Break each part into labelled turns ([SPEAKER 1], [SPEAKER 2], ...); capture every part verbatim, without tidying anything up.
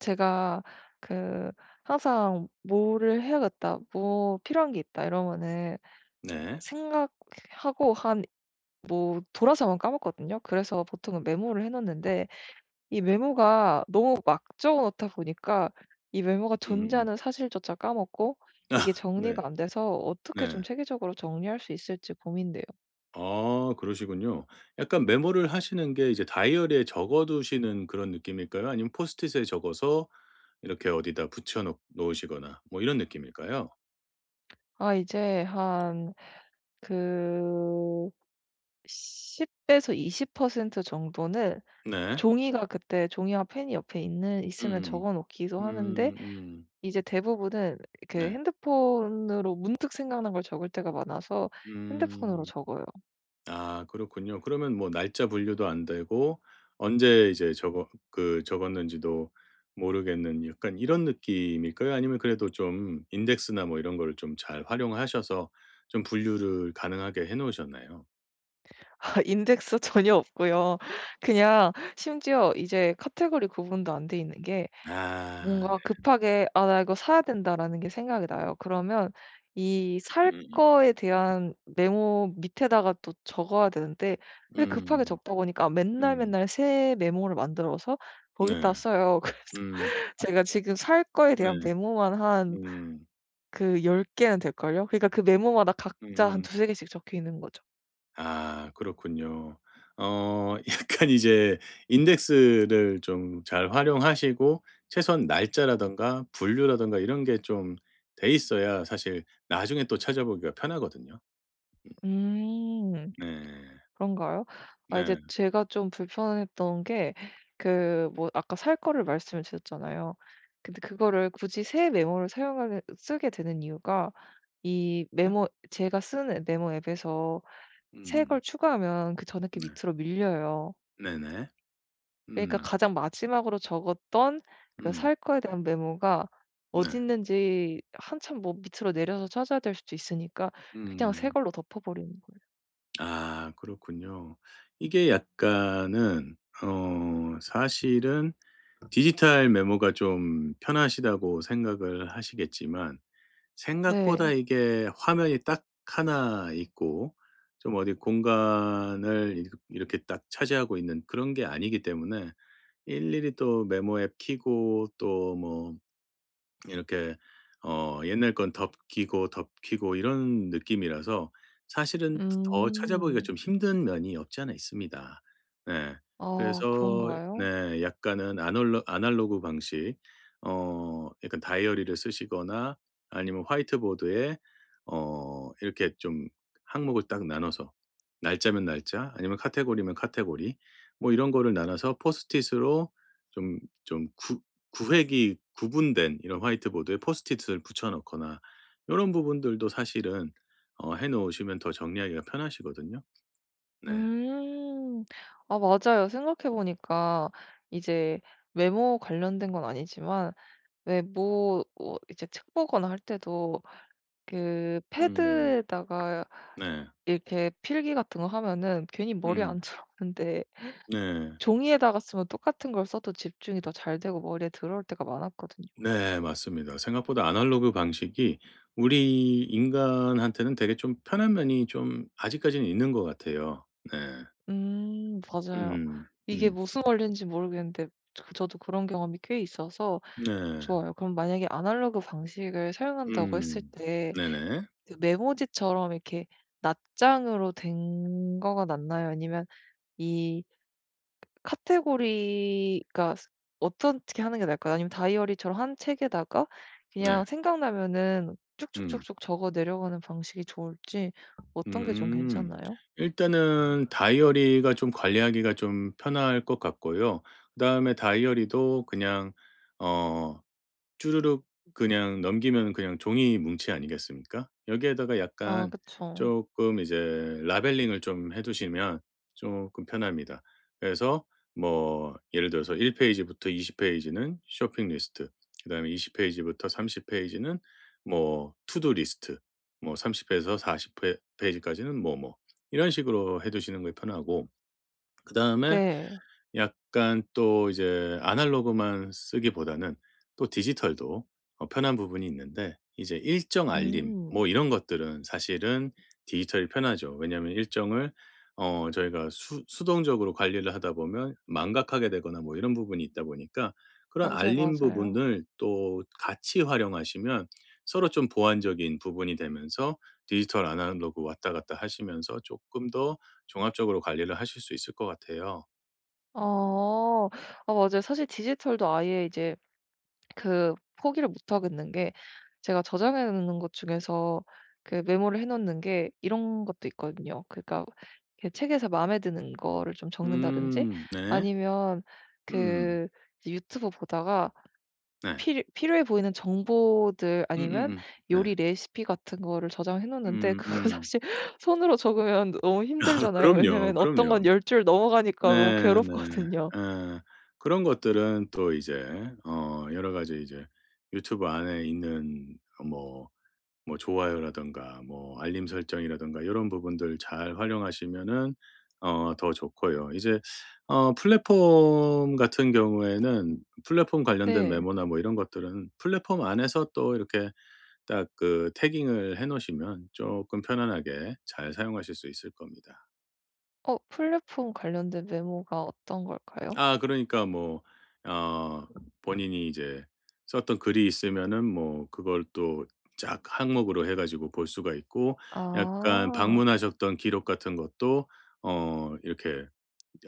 [SPEAKER 1] 제가 그 항상 '뭐를 해야겠다. 뭐 필요한 게 있다.' 이러면은
[SPEAKER 2] 네.
[SPEAKER 1] 생각하고 한 뭐 돌아서만 까먹거든요. 그래서 보통은 메모를 해 놓는데 이 메모가 너무 막 적어 놓다 보니까 이 메모가
[SPEAKER 2] 음음음.
[SPEAKER 1] 존재하는 사실조차 까먹고
[SPEAKER 2] 아
[SPEAKER 1] 이게
[SPEAKER 2] 네.
[SPEAKER 1] 정리가 안 돼서 어떻게 좀
[SPEAKER 2] 네.
[SPEAKER 1] 체계적으로 정리할 수 있을지 고민돼요.
[SPEAKER 2] 아 그러시군요. 약간 메모를 하시는 게 이제 다이어리에 적어 두시는 그런 느낌일까요? 아니면 포스트잇에 적어서 이렇게 어디다 붙여 놓 놓으시거나 뭐 이런 느낌일까요?
[SPEAKER 1] 아 이제 한 그 십 에서 이십 퍼센트 정도는
[SPEAKER 2] 네.
[SPEAKER 1] 종이가 그때 종이와 펜이 옆에 있는 있으면
[SPEAKER 2] 음음.
[SPEAKER 1] 적어 놓기도
[SPEAKER 2] 음
[SPEAKER 1] 하는데
[SPEAKER 2] 음.
[SPEAKER 1] 이제 대부분은 그
[SPEAKER 2] 네.
[SPEAKER 1] 핸드폰으로 문득 생각난 걸 적을 때가 많아서 핸드폰으로
[SPEAKER 2] 음.
[SPEAKER 1] 적어요.
[SPEAKER 2] 아 그렇군요. 그러면 뭐 날짜 분류도 안 되고 언제 이제 적어 그 적었는지도 모르겠는 약간 이런 느낌일까요? 아니면 그래도 좀 인덱스나 뭐 이런 거를 좀 잘 활용하셔서 좀 분류를 가능하게 해 놓으셨나요?
[SPEAKER 1] 아 인덱스 전혀 없고요. 그냥 심지어 이제 카테고리 구분도 안 돼 있는 게
[SPEAKER 2] 아
[SPEAKER 1] 뭔가
[SPEAKER 2] 네.
[SPEAKER 1] 급하게 '아 나 이거 사야 된다.'라는 게 생각이 나요. 그러면 이 살
[SPEAKER 2] 음음음.
[SPEAKER 1] 거에 대한 메모 밑에다가 또 적어야 되는데 근데 급하게
[SPEAKER 2] 음.
[SPEAKER 1] 적다 보니까 맨날
[SPEAKER 2] 음.
[SPEAKER 1] 맨날 새 메모를 만들어서
[SPEAKER 2] 네.
[SPEAKER 1] 거기다 써요. 그래서
[SPEAKER 2] 음.
[SPEAKER 1] 제가 지금 살 거에 대한
[SPEAKER 2] 네.
[SPEAKER 1] 메모만 한
[SPEAKER 2] 음.
[SPEAKER 1] 그 열 개는 될걸요? 그러니까 그 메모마다 각자 한
[SPEAKER 2] 음음.
[SPEAKER 1] 두세 개씩 적혀 있는 거죠.
[SPEAKER 2] 아 그렇군요. 어 약간 이제 인덱스를 좀 잘 활용하시고 최소한 날짜라든가 분류라든가 이런 게 좀 돼 있어야 사실 나중에 또 찾아보기가 편하거든요. 음
[SPEAKER 1] 음.
[SPEAKER 2] 네.
[SPEAKER 1] 그런가요? 아 이제
[SPEAKER 2] 네.
[SPEAKER 1] 제가 좀 불편했던 게 그 뭐 아까 살 거를 말씀을 드렸잖아요. 근데 그거를 굳이 새 메모를 사용하게 쓰게 되는 이유가 이 메모 제가 쓰는 메모 앱에서 새 걸
[SPEAKER 2] 음.
[SPEAKER 1] 추가하면 그 전에 게
[SPEAKER 2] 네.
[SPEAKER 1] 밑으로 밀려요.
[SPEAKER 2] 네네.
[SPEAKER 1] 그러니까
[SPEAKER 2] 음.
[SPEAKER 1] 가장 마지막으로 적었던 그
[SPEAKER 2] 음.
[SPEAKER 1] 살 거에 대한 메모가
[SPEAKER 2] 네.
[SPEAKER 1] 어디 있는지 한참 뭐 밑으로 내려서 찾아야 될 수도 있으니까 그냥 새
[SPEAKER 2] 음.
[SPEAKER 1] 걸로 덮어 버리는 거예요.
[SPEAKER 2] 아 그렇군요. 이게 약간은 어 사실은 디지털 메모가 좀 편하시다고 생각을 하시겠지만, 생각보다
[SPEAKER 1] 네.
[SPEAKER 2] 이게 화면이 딱 하나 있고 좀 어디 공간을 이렇 이렇게 딱 차지하고 있는 그런 게 아니기 때문에, 일일이 또 메모 앱키고또뭐 이렇게 어 옛날 건 덮기고 덮기고 이런 느낌이라서 사실은 더 찾아보기가
[SPEAKER 1] 음.
[SPEAKER 2] 좀 힘든 면이 없지 않아 있습니다. 네.
[SPEAKER 1] 아
[SPEAKER 2] 그래서
[SPEAKER 1] 그런가요?
[SPEAKER 2] 네, 약간은 아놀로 아날로그 방식, 어 약간 다이어리를 쓰시거나 아니면 화이트보드에 어 이렇게 좀 항목을 딱 나눠서 날짜면 날짜, 아니면 카테고리면 카테고리, 뭐 이런 거를 나눠서 포스트잇으로 좀좀구 구획이 구분된 이런 화이트보드에 포스트잇을 붙여 넣거나, 이런 부분들도 사실은 어 해 놓으시면 더 정리하기가 편하시거든요. 네.
[SPEAKER 1] 음. 아 맞아요. 생각해 보니까 이제 외모 관련된 건 아니지만 왜 뭐 뭐 이제 책 보거나 할 때도 그
[SPEAKER 2] 음.
[SPEAKER 1] 패드에다가
[SPEAKER 2] 네.
[SPEAKER 1] 이렇게 필기 같은 거 하면은 괜히 머리에
[SPEAKER 2] 음.
[SPEAKER 1] 안 들어오는데
[SPEAKER 2] 네.
[SPEAKER 1] 종이에다가 쓰면 똑같은 걸 써도 집중이 더 잘 되고 머리에 들어올 때가 많았거든요.
[SPEAKER 2] 네 맞습니다. 생각보다 아날로그 방식이 우리 인간한테는 되게 좀 편한 면이 좀 아직까지는 있는 것 같아요. 네.
[SPEAKER 1] 음 맞아요.
[SPEAKER 2] 음.
[SPEAKER 1] 이게
[SPEAKER 2] 음.
[SPEAKER 1] 무슨 원리인지 모르겠는데 저 저도 그런 경험이 꽤 있어서
[SPEAKER 2] 네.
[SPEAKER 1] 좋아요. 그럼 만약에 아날로그 방식을 사용한다고 했을
[SPEAKER 2] 음.
[SPEAKER 1] 때
[SPEAKER 2] 네네.
[SPEAKER 1] 그 메모지처럼 이렇게 낱장으로 된 거가 낫나요? 아니면 이 카테고리가 스 어떻게 하는 게 나을까요? 아니면 다이어리처럼 한 책에다가
[SPEAKER 2] 네.
[SPEAKER 1] 그냥 생각나면은
[SPEAKER 2] 음.
[SPEAKER 1] 쭉쭉쭉쭉 적어 내려가는 방식이 좋을지 어떤 게 좀
[SPEAKER 2] 음.
[SPEAKER 1] 괜찮나요?
[SPEAKER 2] 일단은 다이어리가 좀 관리하기가 좀 편할 것 같고요. 그다음에 다이어리도 그냥 어 주르륵 그냥 넘기면 그냥 종이 뭉치 아니겠습니까? 여기에다가
[SPEAKER 1] 아
[SPEAKER 2] 약간
[SPEAKER 1] 그쵸.
[SPEAKER 2] 조금 이제 라벨링을 좀 해 두시면 조금 편합니다. 그래서 뭐 예를 들어서 일 페이지부터 이십 페이지는 쇼핑 리스트, 그다음에 이십 페이지부터 삼십 페이지는 뭐 투두 리스트, 뭐 삼십 회에서 사십 회 페이지까지는 뭐 뭐 이런 식으로 해 두시는 게 편하고, 그다음에
[SPEAKER 1] 네.
[SPEAKER 2] 약간 또 이제 아날로그만 쓰기보다는 또 디지털도 어 편한 부분이 있는데, 이제 일정 알림
[SPEAKER 1] 음.
[SPEAKER 2] 뭐 이런 것들은 사실은 디지털이 편하죠. 왜냐하면 일정을 어 저희가 수 수동적으로 관리를 하다 보면 망각하게 되거나 뭐 이런 부분이 있다 보니까, 그런
[SPEAKER 1] 맞아요,
[SPEAKER 2] 알림
[SPEAKER 1] 맞아요.
[SPEAKER 2] 부분을 또 같이 활용하시면 서로 좀 보완적인 부분이 되면서 디지털 아날로그 왔다 갔다 하시면서 조금 더 종합적으로 관리를 하실 수 있을 것 같아요.
[SPEAKER 1] 어. 아 맞아요. 사실 디지털도 아예 이제 그 포기를 못 하겠는 게 제가 저장해 놓는 것 중에서 그 메모를 해 놓는 게 이런 것도 있거든요. 그러니까 그 책에서 마음에 드는 거를 좀 적는다든지
[SPEAKER 2] 음 네.
[SPEAKER 1] 아니면
[SPEAKER 2] 음.
[SPEAKER 1] 그 이제 유튜브 보다가
[SPEAKER 2] 네.
[SPEAKER 1] 필요 필요해 보이는 정보들 아니면
[SPEAKER 2] 음음음. 네.
[SPEAKER 1] 요리 레시피 같은 거를 저장해 놓는데
[SPEAKER 2] 음
[SPEAKER 1] 그거
[SPEAKER 2] 음.
[SPEAKER 1] 사실 손으로 적으면 너무
[SPEAKER 2] 아
[SPEAKER 1] 힘들잖아요.
[SPEAKER 2] 그럼요,
[SPEAKER 1] 왜냐면 어떤
[SPEAKER 2] 그럼요.
[SPEAKER 1] 건 열 줄 넘어가니까 너무
[SPEAKER 2] 네 네.
[SPEAKER 1] 괴롭거든요.
[SPEAKER 2] 예. 그런 것들은 또 이제 어 여러 가지 이제 유튜브 안에 있는 어뭐 뭐 좋아요라든가 뭐 알림 설정이라든가 이런 부분들 잘 활용하시면은 어 더 좋고요. 이제 어 플랫폼 같은 경우에는 플랫폼 관련된
[SPEAKER 1] 네.
[SPEAKER 2] 메모나 뭐 이런 것들은 플랫폼 안에서 또 이렇게 딱 그 태깅을 해 놓으시면 조금 편안하게 잘 사용하실 수 있을 겁니다.
[SPEAKER 1] 어 플랫폼 관련된 메모가 어떤 걸까요?
[SPEAKER 2] 아, 그러니까 뭐 어 본인이 이제 썼던 글이 있으면은 뭐 그걸 또 쫙 항목으로 해 가지고 볼 수가 있고, 약간
[SPEAKER 1] 아.
[SPEAKER 2] 방문하셨던 기록 같은 것도 어 이렇게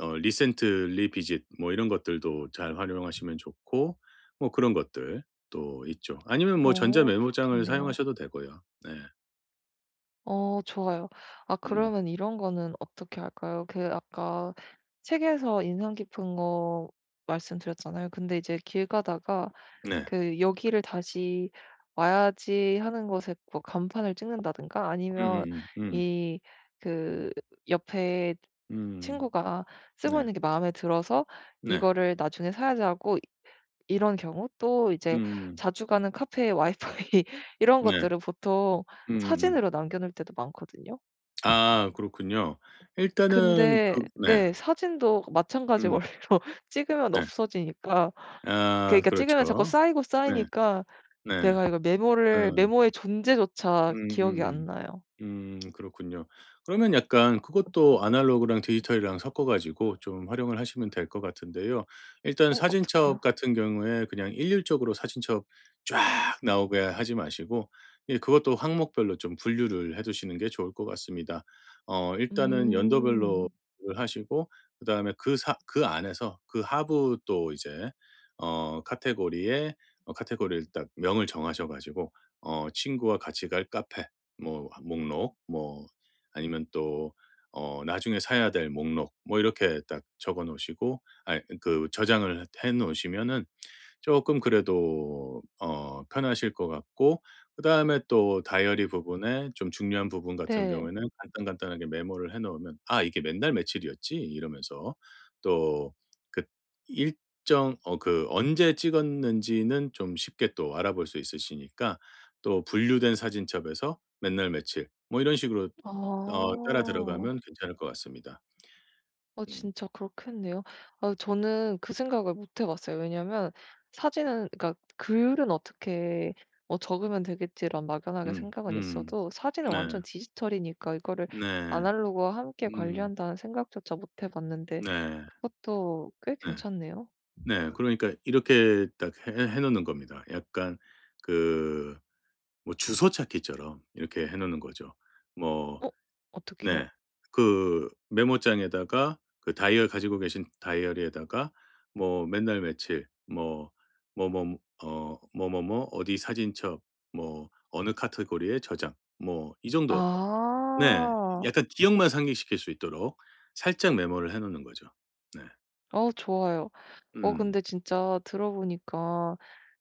[SPEAKER 2] 어 recently visit 뭐 이런 것들도 잘 활용하시면 좋고, 뭐 그런 것들 또 있죠. 아니면 뭐 전자
[SPEAKER 1] 어
[SPEAKER 2] 메모장을
[SPEAKER 1] 그렇겠네요.
[SPEAKER 2] 사용하셔도 되고요. 네.
[SPEAKER 1] 어 좋아요. 아
[SPEAKER 2] 음.
[SPEAKER 1] 그러면 이런 거는 어떻게 할까요? 그 아까 책에서 인상 깊은 거 말씀드렸잖아요. 근데 이제 길 가다가
[SPEAKER 2] 네.
[SPEAKER 1] 그 '여기를 다시 와야지.' 하는 곳에 뭐 간판을 찍는다든가 아니면
[SPEAKER 2] 음음음. 음.
[SPEAKER 1] 이 그 옆에
[SPEAKER 2] 음, 음,
[SPEAKER 1] 친구가
[SPEAKER 2] 음.
[SPEAKER 1] 쓰고
[SPEAKER 2] 네.
[SPEAKER 1] 있는 게 마음에 들어서
[SPEAKER 2] 네.
[SPEAKER 1] 이거를 나중에 사야지 하고 이런 경우 또 이제
[SPEAKER 2] 음 음.
[SPEAKER 1] 자주 가는 카페의 와이파이 이런
[SPEAKER 2] 네.
[SPEAKER 1] 것들은 보통
[SPEAKER 2] 음음음.
[SPEAKER 1] 사진으로 남겨 놓을 때도 많거든요.
[SPEAKER 2] 아 그렇군요. 일단은
[SPEAKER 1] 근데
[SPEAKER 2] 그 네.
[SPEAKER 1] 네 사진도 마찬가지
[SPEAKER 2] 음
[SPEAKER 1] 원리로 찍으면
[SPEAKER 2] 네.
[SPEAKER 1] 없어지니까
[SPEAKER 2] 아
[SPEAKER 1] 그러니까 찍으면 자꾸
[SPEAKER 2] 그렇죠.
[SPEAKER 1] 쌓이고
[SPEAKER 2] 네.
[SPEAKER 1] 쌓이니까
[SPEAKER 2] 네.
[SPEAKER 1] 내가 이거
[SPEAKER 2] 어,
[SPEAKER 1] 메모를
[SPEAKER 2] 음.
[SPEAKER 1] 메모의 존재조차 기억이 안
[SPEAKER 2] 음음음.
[SPEAKER 1] 나요.
[SPEAKER 2] 음 그렇군요. 그러면 약간 그것도 아날로그랑 디지털이랑 섞어 가지고 좀 활용을 하시면 될 것 같은데요. 일단
[SPEAKER 1] 어
[SPEAKER 2] 사진첩
[SPEAKER 1] 어떡해요?
[SPEAKER 2] 같은 경우에 그냥 일률적으로 사진첩 쫙 나오게 하지 마시고, 예, 그것도 항목별로 좀 분류를 해 두시는 게 좋을 것 같습니다. 어 일단은 연도별로
[SPEAKER 1] 음.
[SPEAKER 2] 를 하시고, 그다음에 그 사 그 안에서 그 하부 또 이제 어 카테고리에 어 카테고리를 딱 명을 정하셔 가지고 어 친구와 같이 갈 카페 뭐 목록, 뭐 아니면 또 어 나중에 사야 될 목록, 뭐 이렇게 딱 적어 놓으시고 아 그 저장을 해 놓으시면은 조금 그래도 어 편하실 것 같고, 그다음에 또 다이어리 부분에 좀 중요한 부분 같은
[SPEAKER 1] 네.
[SPEAKER 2] 경우에는 간단간단하게 메모를 해 놓으면 '아 이게 맨날 며칠이었지?' 이러면서 또 그 일정 어 그 언제 찍었는지는 좀 쉽게 또 알아볼 수 있으시니까, 또 분류된 사진첩에서 맨날 며칠 뭐 이런 식으로 어 따라
[SPEAKER 1] 아.
[SPEAKER 2] 들어가면 괜찮을 것 같습니다.
[SPEAKER 1] 어
[SPEAKER 2] 음.
[SPEAKER 1] 진짜 그렇겠네요. 아 저는 그 생각을 못해 봤어요. 왜냐면 사진은 그러니까 글은 어떻게 뭐 '적으면 되겠지.'라는 막연하게
[SPEAKER 2] 음.
[SPEAKER 1] 생각은
[SPEAKER 2] 음.
[SPEAKER 1] 있어도 사진은
[SPEAKER 2] 네.
[SPEAKER 1] 완전 디지털이니까 이거를
[SPEAKER 2] 네.
[SPEAKER 1] 아날로그와 함께
[SPEAKER 2] 음.
[SPEAKER 1] 관리한다는 생각조차 못해 봤는데
[SPEAKER 2] 네.
[SPEAKER 1] 그것도 꽤
[SPEAKER 2] 네.
[SPEAKER 1] 괜찮네요.
[SPEAKER 2] 네. 그러니까 이렇게 딱 해 해 놓는 겁니다. 약간 그 뭐 주소 찾기처럼 이렇게 해 놓는 거죠. 뭐
[SPEAKER 1] 어 어떻게요?
[SPEAKER 2] 네. 그 메모장에다가 그 다이어 가지고 계신 다이어리에다가 뭐 맨날 며칠 뭐 뭐 뭐 어 뭐 뭐 뭐 어디 사진첩, 뭐 어느 카테고리에 저장, 뭐 이 정도. 네.
[SPEAKER 1] 아.
[SPEAKER 2] 약간 기억만 상기시킬 수 있도록 살짝 메모를 해 놓는 거죠. 네.
[SPEAKER 1] 어 좋아요. 어
[SPEAKER 2] 음.
[SPEAKER 1] 근데 진짜 들어 보니까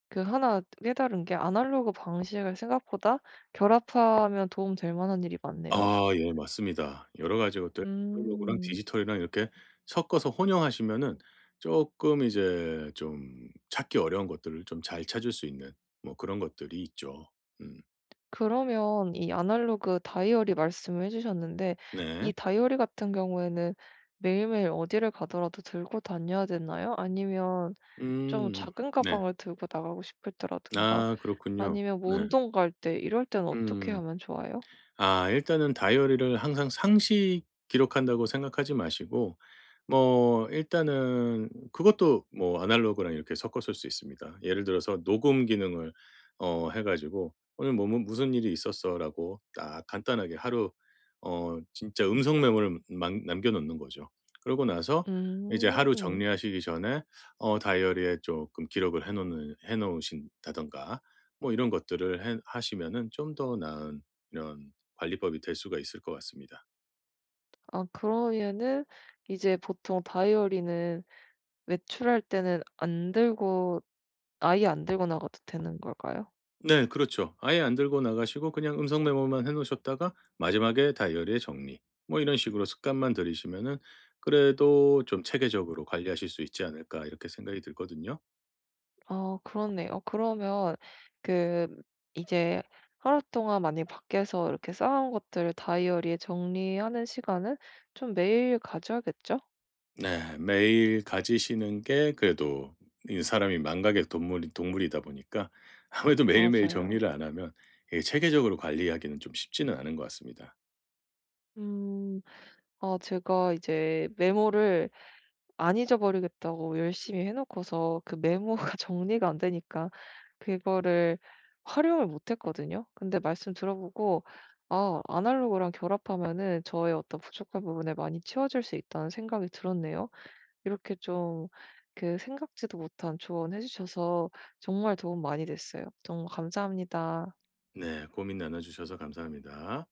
[SPEAKER 1] 그나 깨달은 게 아날로그 방식을 생각보다 결합하면 도움 될 만한 일이 많네요.
[SPEAKER 2] 아 예 맞습니다. 여러 가지 것들 아날로그랑
[SPEAKER 1] 음.
[SPEAKER 2] 디지털이랑 이렇게 섞어서 혼용하시면은 쪼끔 이제 좀 찾기 어려운 것들을 좀 잘 찾을 수 있는 뭐 그런 것들이 있죠. 음.
[SPEAKER 1] 그러면 이 아날로그 다이어리 말씀을 해 주셨는데
[SPEAKER 2] 네.
[SPEAKER 1] 이 다이어리 같은 경우에는 매일매일 어디를 가더라도 들고 다녀야 되나요? 아니면 좀
[SPEAKER 2] 음.
[SPEAKER 1] 작은
[SPEAKER 2] 네.
[SPEAKER 1] 가방을 들고 나가고 싶을 때라든가
[SPEAKER 2] 아 그렇군요.
[SPEAKER 1] 아니면 뭐
[SPEAKER 2] 네.
[SPEAKER 1] 운동 갈 때 이럴 때는 어떻게
[SPEAKER 2] 음.
[SPEAKER 1] 하면 좋아요?
[SPEAKER 2] 아 일단은 다이어리를 항상 상시 기록한다고 생각하지 마시고 뭐 일단은 그것도 뭐 아날로그랑 이렇게 섞어 쓸 수 있습니다. 예를 들어서 녹음 기능을 어 해 가지고 "오늘 뭐 뭐 무슨 일이 있었어."라고 딱 간단하게 하루 어 진짜 음성 메모를 막 남겨 놓는 거죠. 그러고 나서 이제
[SPEAKER 1] 음.
[SPEAKER 2] 하루 정리하시기 전에 어 다이어리에 조금 기록을 해 놓는 해 놓으신다든가 뭐 이런 것들을 해 하시면은 좀 더 나은 이런 관리법이 될 수가 있을 것 같습니다.
[SPEAKER 1] 아 그러면은 이제 보통 다이어리는 외출할 때는 안 들고 아예 안 들고 나가도 되는 걸까요?
[SPEAKER 2] 네 그렇죠. 아예 안 들고 나가시고 그냥 음성 메모만 해 놓으셨다가 마지막에 다이어리에 정리, 뭐 이런 식으로 습관만 들이시면은 그래도 좀 체계적으로 관리하실 수 있지 않을까 이렇게 생각이 들거든요.
[SPEAKER 1] 아 그렇네요. 어, 그러면 그 이제 하루 동안 만약 밖에서 이렇게 쌓아온 것들을 다이어리에 정리하는 시간은 좀 매일 가져야겠죠?
[SPEAKER 2] 네. 매일 가지시는 게 그래도, 이 사람이 망각의 동물이 동물이다 보니까 아무래도 매일매일
[SPEAKER 1] 맞아요.
[SPEAKER 2] 정리를 안 하면 이게 체계적으로 관리하기는 좀 쉽지는 않은 것 같습니다.
[SPEAKER 1] 음. 아 제가 이제 메모를 안 잊어버리겠다고 열심히 해 놓고서 그 메모가 정리가 안 되니까 그거를 활용을 못 했거든요. 근데 말씀 들어보고 아 아날로그랑 결합하면은 저의 어떤 부족한 부분을 많이 채워줄 수 있다는 생각이 들었네요. 이렇게 좀 그 생각지도 못한 조언해 주셔서 정말 도움 많이 됐어요. 정말 감사합니다.
[SPEAKER 2] 네. 고민 나눠 주셔서 감사합니다.